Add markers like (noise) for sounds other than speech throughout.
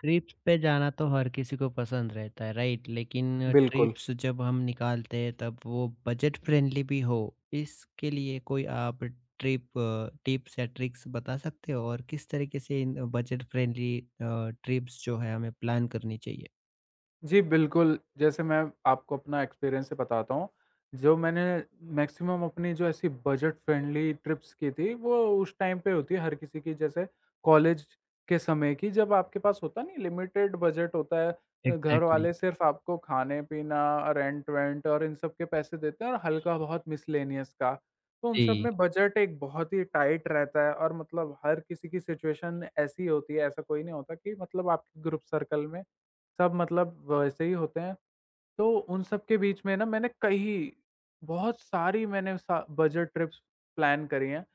Trips पे जाना तो हर किसी को पसंद रहता है, राइट? लेकिन बिल्कुल। ट्रिप्स जब हम निकालते हैं, तब वो बजट फ्रेंडली भी हो, इसके लिए कोई आप ट्रिप टिप्स या ट्रिक्स बता सकते हो और किस तरीके से इन बजट फ्रेंडली ट्रिप्स जो है हमें प्लान करनी चाहिए। जी, बिल्कुल, जैसे मैं आपको अपना एक्सपीरियंस से बताता हूँ, जो मैंने मैक्सिमम अपनी जो ऐसी बजट फ्रेंडली ट्रिप्स की थी, वो उस टाइम पे होती है हर किसी की, जैसे कॉलेज के समय की, जब आपके पास होता नहीं, लिमिटेड बजट होता है। घर एग्जैक्टली, वाले exactly। सिर्फ आपको खाने-पीना, रेंट-वेंट और इन सब के पैसे देते हैं, और हल्का-बहुत मिसलेनियस का। तो उन सब जी, में बजट एक बहुत ही टाइट रहता है, और मतलब हर किसी की सिचुएशन ऐसी होती है, ऐसा कोई नहीं होता कि मतलब आपके ग्रुप सर्कल में सब मतलब वैसे ही होते हैं। तो उन सब के बीच में ना मैंने कई बहुत सारी मैंने सा बजट ट्रिप्स प्लान करी हैं।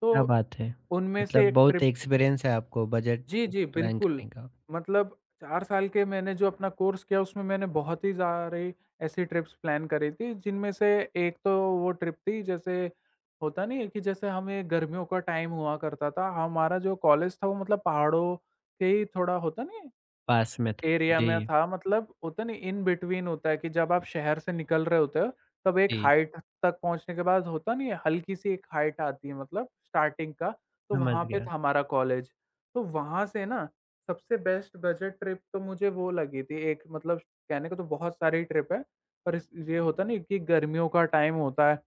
तो क्या बात है। उनमें से मतलब एक बहुत ट्रिप। एक्सपीरियंस है आपको बजट जी, जी, प्लान बिल्कुल। करने का। मतलब 4 साल के मैंने जो अपना कोर्स किया, उसमें मैंने बहुत ही सारी ऐसी ट्रिप्स प्लान करी थी, जिनमें से एक तो वो ट्रिप थी, जैसे होता नहीं है कि जैसे हमें गर्मियों का टाइम हुआ करता था, हमारा जो कॉलेज था वो मतलब पहाड़ों के ही, थोड़ा होता नहीं है पास में था एरिया में जी। था, मतलब होता नहीं इन बिटवीन होता है कि जब आप शहर से निकल रहे होते हो, तब एक जी, हाइट तक पहुँचने के बाद होता नहीं है, हल्की सी एक हाइट आती है, मतलब स्टार्टिंग का, तो समझ वहाँ पे गया। था हमारा कॉलेज। तो वहाँ से ना सबसे बेस्ट बजट ट्रिप तो मुझे वो लगी थी एक, मतलब कहने को तो बहुत सारी ट्रिप है, पर इस ये होता नहीं कि गर्मियों का टाइम होता है,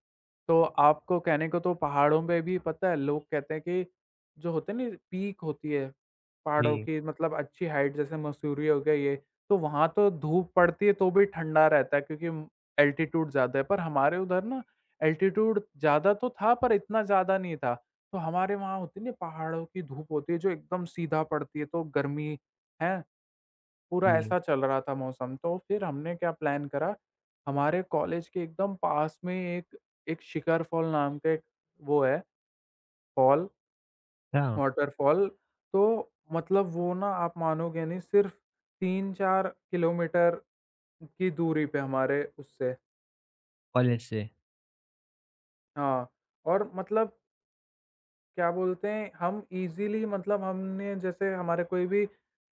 तो आपको कहने को तो पहाड़ों पे भी पता है, लोग कहते हैं कि जो होते हैं ना, पीक होती है पहाड़ों जी, की, मतलब अच्छी हाइट, जैसे मसूरी हो गया ये, तो वहाँ तो धूप पड़ती है तो भी ठंडा रहता है, क्योंकि एल्टीट्यूड ज़्यादा है। पर हमारे उधर ना, एल्टीट्यूड ज़्यादा तो था, पर इतना ज़्यादा नहीं था। तो हमारे वहाँ होती है ना, पहाड़ों की धूप होती है जो एकदम सीधा पड़ती है, तो गर्मी है, पूरा जी, ऐसा चल रहा था मौसम। तो फिर हमने क्या प्लान करा, हमारे कॉलेज के एकदम पास में एक एक शिखर फॉल नाम का एक वो है, फॉल, हाँ। वॉटरफॉल, तो मतलब वो ना, आप मानोगे नहीं, सिर्फ़ 3-4 किलोमीटर की दूरी पे हमारे उससे, कॉलेज से? हाँ, और मतलब क्या बोलते हैं, हम ईज़िली, मतलब हमने जैसे हमारे कोई भी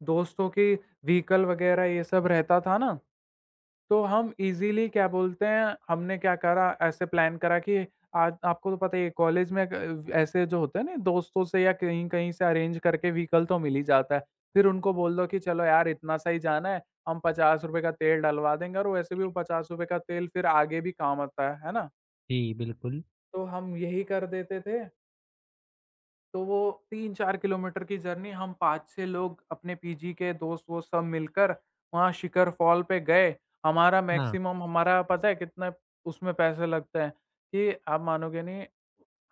दोस्तों की व्हीकल वग़ैरह ये सब रहता था ना, तो हम इज़िली क्या बोलते हैं, हमने क्या करा, ऐसे प्लान करा कि आज आपको तो पता ही है, कॉलेज में क ऐसे जो होते हैं ना, दोस्तों से या कहीं-कहीं से अरेंज करके व्हीकल तो मिल ही जाता है। फिर उनको बोल दो कि चलो यार, इतना सा ही जाना है, हम ₹50 का तेल डलवा देंगे, और वैसे भी वो ₹50 का तेल फिर आगे भी काम आता है ना? जी, बिल्कुल। तो हम यही कर देते थे। तो वो 3-4 किलोमीटर की जर्नी हम 5-6 लोग अपने पीजी के दोस्त वोस्त सब मिलकर वहाँ शिखर फॉल पे गए। हमारा हाँ। मैक्सिमम हमारा पता है कितना उसमें पैसे लगते हैं, कि आप मानोगे नहीं,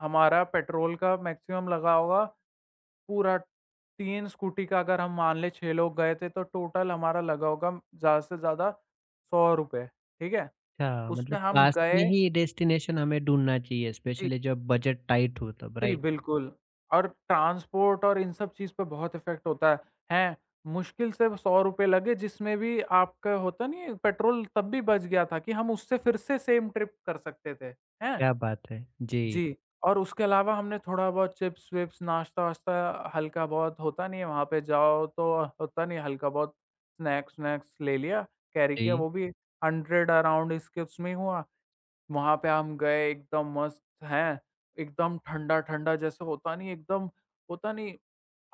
हमारा पेट्रोल का मैक्सिमम लगा होगा पूरा 3 स्कूटी का, अगर हम मान लें 6 लोग गए थे, तो टोटल हमारा लगा होगा ज़्यादा से ज़्यादा ₹100। ठीक है? अच्छा, उसमें मतलब हम पास गए। में ही डेस्टिनेशन हमें ढूँढना चाहिए, जी। स्पेशली जब बजट टाइट हो तब, जी, राइट? बिल्कुल। और ट्रांसपोर्ट और इन सब चीज़ पे बहुत इफ़ेक्ट होता है। हैं, मुश्किल से ₹100 लगे, जिसमें भी आपका होता नहीं है पेट्रोल, तब भी बच गया था कि हम उससे फिर से सेम ट्रिप कर सकते थे। हैं? क्या बात है। जी, जी, और उसके अलावा हमने थोड़ा बहुत चिप्स-विप्स, नाश्ता-वाश्ता, हल्का बहुत होता नहीं है वहाँ पे जाओ तो, होता नहीं है हल्का बहुत स्नैक्स-वनैक्स ले लिया, कैरी किया जी, वो भी, 100 अराउंड इसके उसमें ही हुआ। वहाँ पे हम गए एकदम मस्त हैं, एकदम ठंडा-ठंडा जैसे होता नहीं, एकदम होता नहीं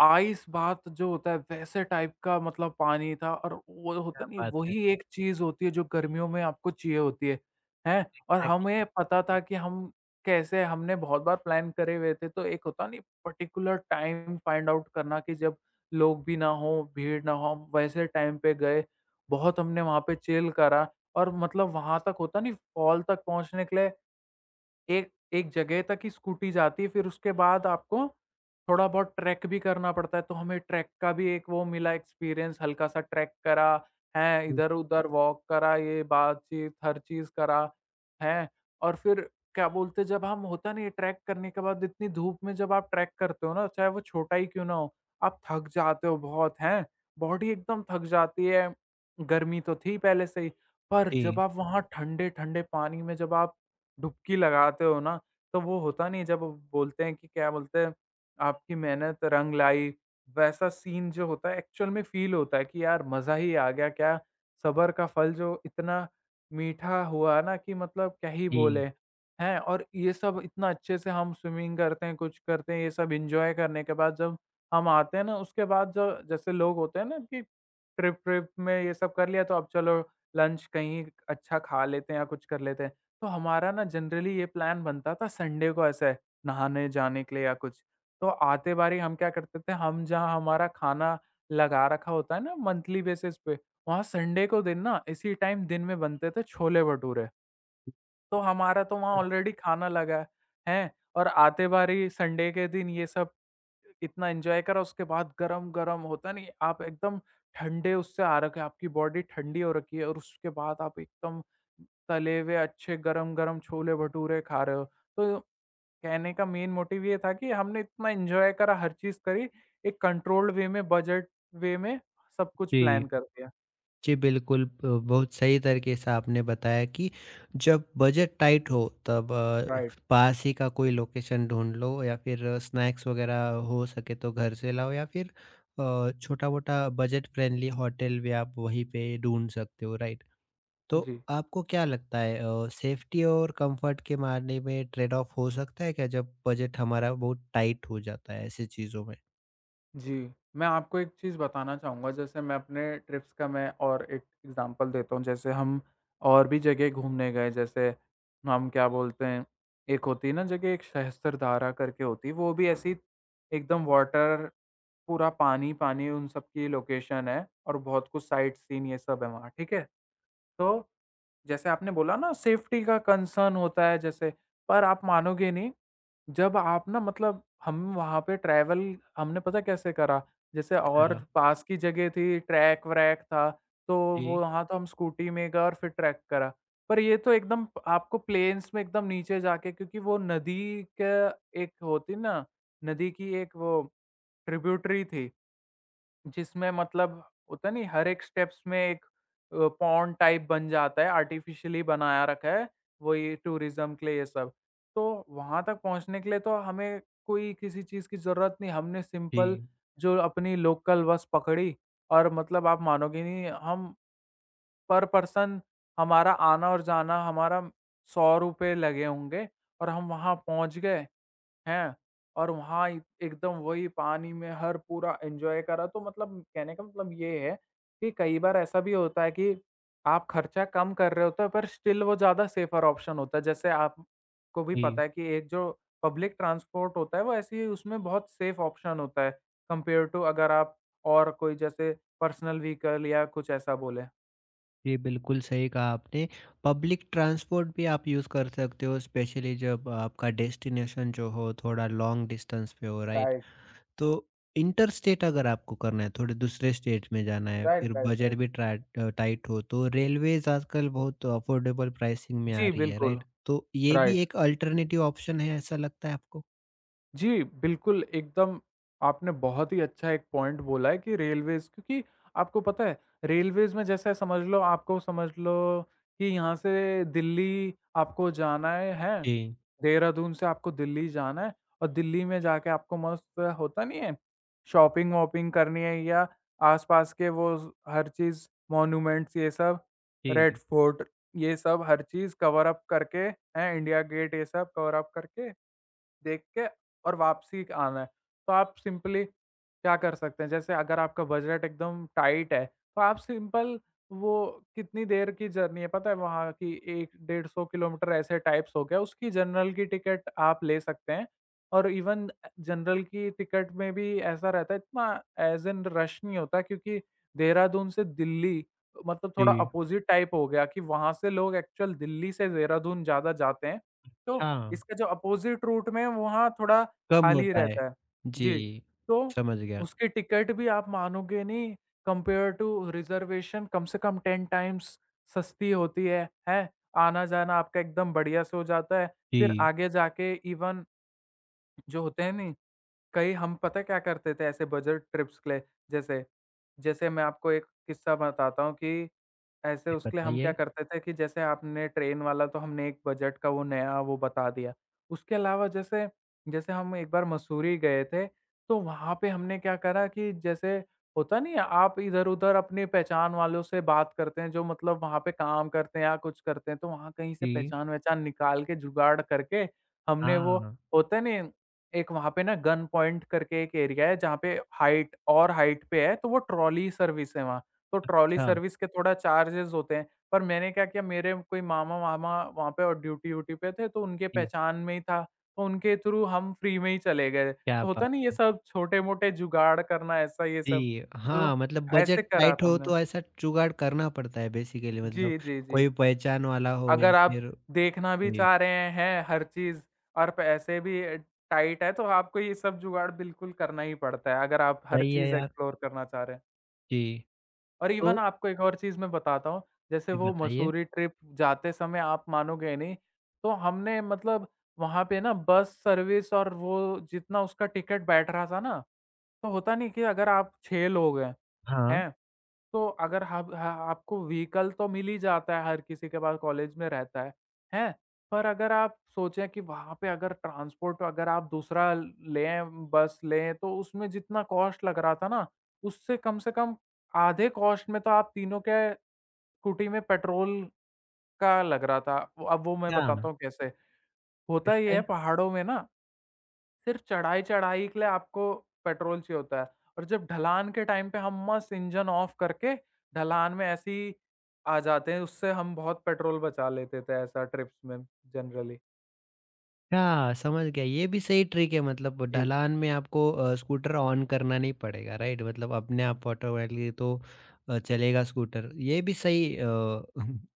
आइस बाथ जो होता है वैसे टाइप का, मतलब पानी था, और वो होता क्या नहीं, बात है। वही एक चीज़ होती है जो गर्मियों में आपको चाहिए होती है, हैं? और एग्जैक्टली। हमें पता था कि हम कैसे, हमने बहुत बार प्लान करे हुए थे, तो एक होता नहीं पर्टिकुलर टाइम फाइंड आउट करना कि जब लोग भी ना हों, भीड़ ना हो, हम वैसे टाइम पे गए। बहुत हमने वहाँ पे चिल करा, और मतलब वहाँ तक होता नहीं फॉल तक पहुँचने के लिए एक एक जगह तक ही स्कूटी जाती है, फिर उसके बाद आपको थोड़ा बहुत ट्रैक भी करना पड़ता है, तो हमें ट्रैक का भी एक वो मिला एक्सपीरियंस, हल्का-सा ट्रैक करा, हैं? हुँ, इधर-उधर वॉक करा, ये बातचीत, हर चीज़ करा, हैं? और फिर क्या बोलते हैं, जब हम होता नहीं है ट्रैक करने के बाद, इतनी धूप में जब आप ट्रैक करते हो ना, चाहे वो छोटा ही क्यों ना हो, आप थक जाते हो बहुत, हैं? बॉडी एकदम थक जाती है, गर्मी तो थी पहले से ही, पर जब जी, आप वहाँ ठंडे-ठंडे पानी में जब आप डुबकी लगाते हो ना, तो वो होता नहीं है, जब वो बोलते हैं कि क्या बोलते हैं, आपकी मेहनत रंग लाई, वैसा सीन जो होता है एक्चुअल में फ़ील होता है कि यार मज़ा ही आ गया, क्या सब्र का फल जो इतना मीठा हुआ ना कि मतलब क्या ही जी, बोले, हैं? और ये सब इतना अच्छे से हम स्विमिंग करते हैं, कुछ करते हैं, ये सब एन्जॉय करने के बाद जब हम आते हैं ना, उसके बाद जो जैसे लोग होते हैं ना, कि ट्रिप-ट्रिप में ये सब कर लिया, तो अब चलो लंच कहीं अच्छा खा लेते हैं या कुछ कर लेते हैं। तो हमारा ना जनरली ये प्लान बनता था संडे को, ऐसे नहाने जाने के लिए या कुछ। तो आते बारी हम क्या करते थे, हम जहाँ हमारा खाना लगा रखा होता है ना मंथली बेसिस पे, वहाँ संडे को दिन ना इसी टाइम दिन में बनते थे छोले-भटूरे। तो हमारा तो वहाँ ऑलरेडी खाना लगा है, हैं? और आते बारी संडे के दिन ये सब इतना एन्जॉय करा, उसके बाद गरम-गरम होता नहीं, आप एकदम ठंडे उससे आ रखे हैं, आपकी बॉडी ठंडी हो रखी है, और उसके बाद आप एकदम तले हुए अच्छे गरम-गरम छोले-भटूरे खा रहे हो। तो कहने का मेन मोटिव ये था कि हमने इतना एन्जॉय करा, हर चीज़ करी, एक कंट्रोल्ड वे में, बजट वे में सब कुछ प्लान जी। कर दिया। जी, बिल्कुल। ब बहुत सही तरीके से आपने बताया कि जब बजट टाइट हो तब राइट, पास ही का कोई लोकेशन ढूँढ लो या फिर स्नैक्स वग़ैरह हो सके तो घर से लाओ या फिर छोटा-मोटा बजट फ्रेंडली होटल भी आप वहीं पे ढूँढ सकते हो, राइट? तो जी। आपको क्या लगता है, सेफ्टी और कंफर्ट के मामले में ट्रेड ऑफ हो सकता है क्या जब बजट हमारा बहुत टाइट हो जाता है ऐसी चीज़ों में? जी, मैं आपको एक चीज़ बताना चाहूँगा, जैसे मैं अपने ट्रिप्स का, मैं और एक एग्ज़ाम्पल देता हूँ, जैसे हम और भी जगह घूमने गए, जैसे हम क्या बोलते हैं, एक होती है ना जगह, एक सहस्त्रधारा करके होती है, वो भी ऐसी एकदम वाटर, पूरा पानी-पानी उन सब की लोकेशन है, और बहुत कुछ साइट सीन ये सब है वहाँ, ठीक है? तो जैसे आपने बोला ना सेफ्टी का कंसर्न होता है जैसे, पर आप मानोगे नहीं, जब आप ना मतलब हम वहाँ पे ट्रैवल, हमने पता कैसे करा, जैसे इस और तरह पास की जगह थी, ट्रैक-व्रैक था, तो वो जी, वहाँ तो हम स्कूटी में गए, और फिर ट्रैक करा। पर ये तो एकदम आपको प्लेन्स में एकदम नीचे जाके, क्योंकि वो नदी का एक होती ना, नदी की एक वो ट्रिब्यूटरी थी। जिसमें मतलब होता नहीं हर एक स्टेप्स में एक पॉन्ड टाइप बन जाता है, आर्टिफ़िशियली बनाया रखा है, वही टूरिज़्म के लिए ये सब। तो वहाँ तक पहुँचने के लिए तो हमें कोई किसी चीज़ की ज़रूरत नहीं, हमने सिंपल जी, जो अपनी लोकल बस पकड़ी, और मतलब आप मानोगे नहीं, हम पर पर्सन हमारा आना और जाना हमारा ₹100 लगे होंगे, और हम वहाँ पहुँच गए। हैं? और वहाँ इ एकदम वही पानी में हर पूरा एन्जॉय करा, तो मतलब कहने का मतलब ये है कि कई बार ऐसा भी होता है कि आप खर्चा कम कर रहे होते हो, पर स्टिल वो ज़्यादा सेफ़र ऑप्शन होता है। जैसे आपको भी जी। पता है कि एक जो पब्लिक ट्रांसपोर्ट होता है वो ऐसी ही, उसमें बहुत सेफ़ ऑप्शन होता है कंपेयर टू, अगर आप और कोई जैसे पर्सनल व्हीकल या कुछ ऐसा बोलें। ये बिल्कुल सही कहा आपने। पब्लिक ट्रांसपोर्ट भी आप यूज़ कर सकते हो, स्पेशली जब आपका डेस्टिनेशन जो हो थोड़ा लॉन्ग डिस्टेंस पे हो, राइट? राइट, तो इंटरस्टेट अगर आपको करना है, थोड़े दूसरे स्टेट में जाना है, राइट, फिर राइट, बजट राइट। भी टाइट हो, तो रेलवेज़ आजकल बहुत अफोर्डेबल प्राइसिंग में आ जी, रही है, बिल्कुल, राइट? तो ये भी राइट। एक अल्टरनेटिव ऑप्शन है, ऐसा लगता है आपको? जी, बिल्कुल, एकदम आपने बहुत ही अच्छा एक पॉइंट बोला है कि रेलवेज़, क्योंकि आपको पता है रेलवेज़ में, जैसे समझ लो, आपको समझ लो कि यहाँ से दिल्ली आपको जाना है, हैं? जी, देहरादून से आपको दिल्ली जाना है और दिल्ली में जाके आपको मस्त होता नहीं है, शॉपिंग-वॉपिंग करनी है या आस-पास के वो हर चीज़ मॉन्यूमेंट्स ये सब, जी, रेड फोर्ट ये सब हर चीज़ कवर अप करके हैं, इंडिया गेट ये सब कवर अप करके देख के और वापसी आना है। तो आप सिंपली क्या कर सकते हैं, जैसे अगर आपका बजट एकदम टाइट है तो आप सिंपल वो कितनी देर की जर्नी है पता है वहाँ की, 1-150 किलोमीटर ऐसे टाइप्स हो गया, उसकी जनरल की टिकट आप ले सकते हैं। और इवन जनरल की टिकट में भी ऐसा रहता है, इतना एज़ इन रश नहीं होता, क्योंकि देहरादून से दिल्ली मतलब थोड़ा जी। अपोज़िट टाइप हो गया कि वहाँ से लोग एक्चुअल दिल्ली से देहरादून ज़्यादा जाते हैं। तो अच्छा, इसका जो अपोज़िट रूट में वहाँ थोड़ा कम खाली होता है। रहता है। जी, जी, तो समझ गया। उसकी टिकट भी आप मानोगे नहीं, कंपेयर टू रिज़र्वेशन कम से कम 10 टाइम्स सस्ती होती है, हैं? आना-जाना आपका एकदम बढ़िया से हो जाता है। फिर जी, आगे जाके इवन जो होते हैं ना, कई हम पता है क्या करते थे ऐसे बजट ट्रिप्स के लिए, जैसे जैसे मैं आपको एक किस्सा बताता हूँ कि ऐसे जी उसके लिए हम क्या बताइए। करते थे कि जैसे आपने ट्रेन वाला तो हमने एक बजट का वो नया वो बता दिया। उसके अलावा, जैसे जैसे हम एक बार मसूरी गए थे, तो वहाँ पे हमने क्या करा कि जैसे होता नहीं है आप इधर उधर अपनी पहचान वालों से बात करते हैं जो मतलब वहाँ पे काम करते हैं या कुछ करते हैं, तो वहाँ कहीं से जी। पहचान वहचान निकाल के जुगाड़ करके हमने वो, हाँ, होता नहीं, एक वहाँ पे ना गन पॉइंट करके एक एरिया है जहाँ पे हाइट और हाइट पे है, तो वो ट्रॉली सर्विस है वहाँ। तो ट्रॉली अच्छा। सर्विस के थोड़ा चार्जेज़ होते हैं। पर मैंने क्या किया, मेरे कोई मामा-वामा वहाँ पे और ड्यूटी-व्यूटी पे थे, तो उनके जी, पहचान में ही था। तो उनके थ्रू हम फ्री में ही चले गए। क्या तो होता बात नहीं ये है! सब छोटे-मोटे जुगाड़ करना, ऐसा ये सब। जी, तो हाँ, मतलब बजट ऐसे करा टाइट था हो हमने। तो ऐसा जुगाड़ करना पड़ता है बेसिकली। जी, मतलब जी, जी। कोई पहचान वाला हो या अगर आप फिर, देखना भी जी, चाह रहे हैं हर चीज़ और पैसे भी टाइट है, तो आपको ये सब जुगाड़ बिल्कुल करना ही पड़ता है, अगर आप हर सही है चीज़ यार। एक्सप्लोर करना चाह रहे हैं। जी, और इवन तो आपको एक और चीज़ मैं बताता हूँ, जैसे ये वो बताइए। मसूरी ट्रिप जाते समय आप मानोगे नहीं, तो हमने मतलब वहाँ पे ना बस सर्विस और वो जितना उसका टिकट बैठ रहा था ना, तो होता नहीं कि अगर आप 6 लोग हैं, हाँ, हैं? तो अगर हब ह आपको व्हीकल तो मिल ही जाता है, हर किसी के पास कॉलेज में रहता है, हैं? पर अगर आप सोचें कि वहाँ पे अगर ट्रांसपोर्ट, अगर आप दूसरा लें, बस लें, तो उसमें जितना कॉस्ट लग रहा था ना, उससे कम से कम आधे कॉस्ट में तो आप तीनों के स्कूटी में पेट्रोल का लग रहा था। अब वो मैं क्या? बताता हूँ कैसे। होता ये कैसे? है पहाड़ों में ना, सिर्फ चढ़ाई-चढ़ाई के लिए आपको पेट्रोल चाहिए होता है, और जब ढलान के टाइम पे हम मस्त इंजन ऑफ करके ढलान में ऐसे ही आ जाते हैं, उससे हम बहुत पेट्रोल बचा लेते थे ऐसा ट्रिप्स में जनरली। अच्छा, समझ गया, ये भी सही ट्रिक है। मतलब जी। ढलान में आपको स्कूटर ऑन करना नहीं पड़ेगा, राइट? मतलब अपने आप ऑटोमेटिकली तो चलेगा स्कूटर। ये भी सही (laughs)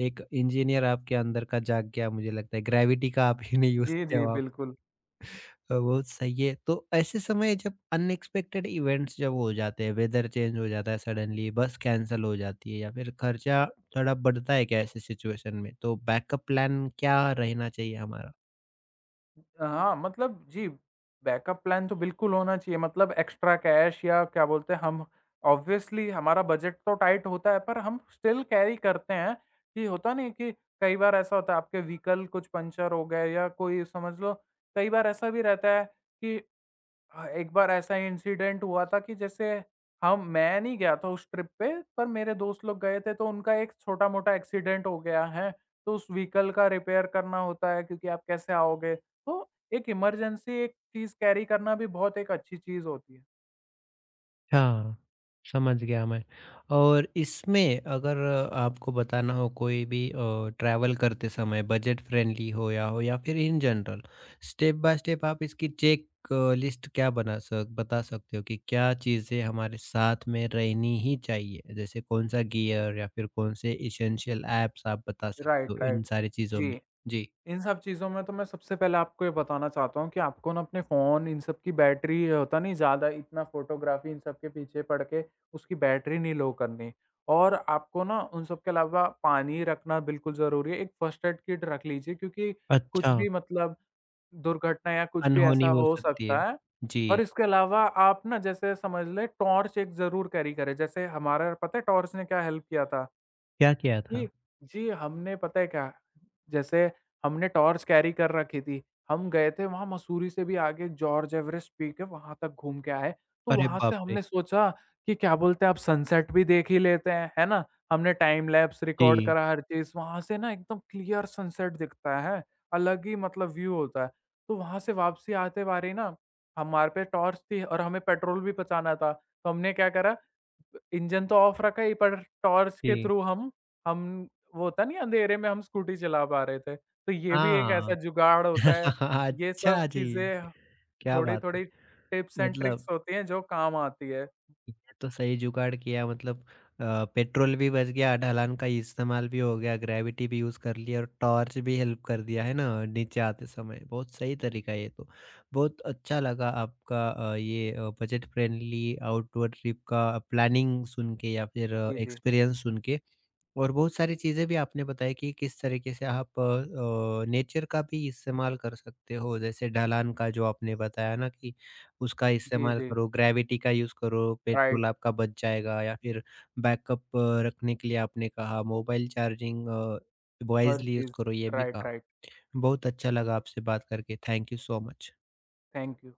एक इंजीनियर आपके अंदर का जाग गया मुझे लगता है, ग्रेविटी का आप ही नहीं यूज़ जी, किया जी, हो आप। बिल्कुल। बहुत सही है। तो ऐसे समय जब अनएक्सपेक्टेड इवेंट्स जब हो जाते हैं, वेदर चेंज हो जाता है सडनली, बस कैंसल हो जाती है या फिर खर्चा थोड़ा बढ़ता है क्या ऐसी सिचुएशन में? तो बैकअप प्लान क्या रहना चाहिए हमारा? हाँ, मतलब जी, बैकअप प्लान तो बिल्कुल होना चाहिए, मतलब एक्स्ट्रा कैश या क्या बोलते हैं हम, ऑब्वियसली हमारा बजट तो टाइट होता है पर हम स्टिल कैरी करते हैं कि होता नहीं है कि कई बार ऐसा होता है आपके व्हीकल कुछ पंक्चर हो गए या कोई समझ लो, कई बार ऐसा भी रहता है कि हाँ, एक बार ऐसा इंसिडेंट हुआ था कि जैसे हम मैं नहीं गया था उस ट्रिप पे, पर मेरे दोस्त लोग गए थे, तो उनका एक छोटा-मोटा एक्सीडेंट हो गया है, तो उस व्हीकल का रिपेयर करना होता है, क्योंकि आप कैसे आओगे? तो एक इमरजेंसी एक चीज़ कैरी करना भी बहुत एक अच्छी चीज़ होती है। हाँ, समझ गया मैं। और इसमें अगर आपको बताना हो कोई भी ट्रैवल करते समय बजट फ्रेंडली हो या फिर in general, step by step आप इसकी चेक लिस्ट क्या बना सक बता सकते हो कि क्या चीज़ें हमारे साथ में रहनी ही चाहिए? जैसे कौन-सा गियर या फिर कौन से एसेंशियल ऐप्स आप बता राइट, सकते हो राइट। इन सारी चीज़ों में? जी। जी। इन सब चीज़ों में तो मैं सबसे पहले आपको ये बताना चाहता हूँ कि आपको ना अपने फ़ोन इन सब की बैटरी, ये होता नहीं ज़्यादा इतना फ़ोटोग्राफ़ी इन सब के पीछे पड़ के उसकी बैटरी नहीं लो करनी। और आपको ना उन सब के अलावा पानी रखना बिल्कुल ज़रूरी है। एक फ़र्स्ट एड किट रख लीजिए, क्योंकि कुछ अच्छा, भी मतलब दुर्घटना या कुछ भी अनहोनी ऐसा हो हो सकती है। सकता है। और जी, इसके अलावा आप ना जैसे समझ लें टॉर्च एक ज़रूर कैरी करें। जैसे हमारा पता है टॉर्च ने क्या हेल्प किया था? क्या किया था? कि जी, हमने पता है क्या, जैसे हमने टॉर्च कैरी कर रखी थी, हम गए थे वहाँ मसूरी से भी आगे जॉर्ज एवरेस्ट पीक है, वहाँ तक घूम के आए। तो अरे वहाँ से बाप रे! हमने सोचा कि क्या बोलते हैं अब सनसेट भी देख ही लेते हैं, है ना? हमने टाइम लैप्स रिकॉर्ड जी, करा हर चीज़, वहाँ से ना एकदम क्लियर सनसेट दिखता है, अलग ही मतलब व्यू होता है। तो वहाँ से वापसी आते बारी ना हमारे पे टॉर्च थी और हमें पेट्रोल भी बचाना था, तो हमने क्या करा, इंजन तो ऑफ रखा ही, पर टॉर्च के जी। थ्रू हम वो होता नहीं है, अंधेरे में हम स्कूटी चला पा रहे थे। तो ये भी एक हाँ। ऐसा (laughs) जुगाड़ होता है। (laughs) ये सब अच्छा जी, चीज़ें क्या बात है! थोड़ी-थोड़ी टिप्स एंड ट्रिक्स मतलब होती हैं जो काम आती है। ये तो सही जुगाड़ किया। मतलब अ, पेट्रोल भी बच गया, ढलान का इस्तेमाल भी हो गया, ग्रेविटी भी यूज़ कर लिया और टॉर्च भी हेल्प कर दिया, है ना? नीचे आते समय, बहुत सही तरीका है ये तो। बहुत अच्छा लगा आपका बजट फ्रेंडली आउटडोर ट्रिप का प्लानिंग सुन के या फिर जी, जी। एक्सपीरियंस सुन के। और बहुत सारी चीज़ें भी आपने बताई कि किस तरीके से आप नेचर का भी इस्तेमाल कर सकते हो। जैसे ढलान का जो आपने बताया ना कि उसका जी, इस्तेमाल जी। करो, ग्रेविटी का यूज़ करो, राइट, पेट्रोल आपका बच जाएगा या फिर बैकअप रखने के लिए आपने कहा, मोबाइल चार्जिंग हर वाइज़ली यूज़ चीज़। करो, ये भी राइट, कहा। राइट। बहुत अच्छा लगा आपसे बात करके। Thank you so much. Thank you.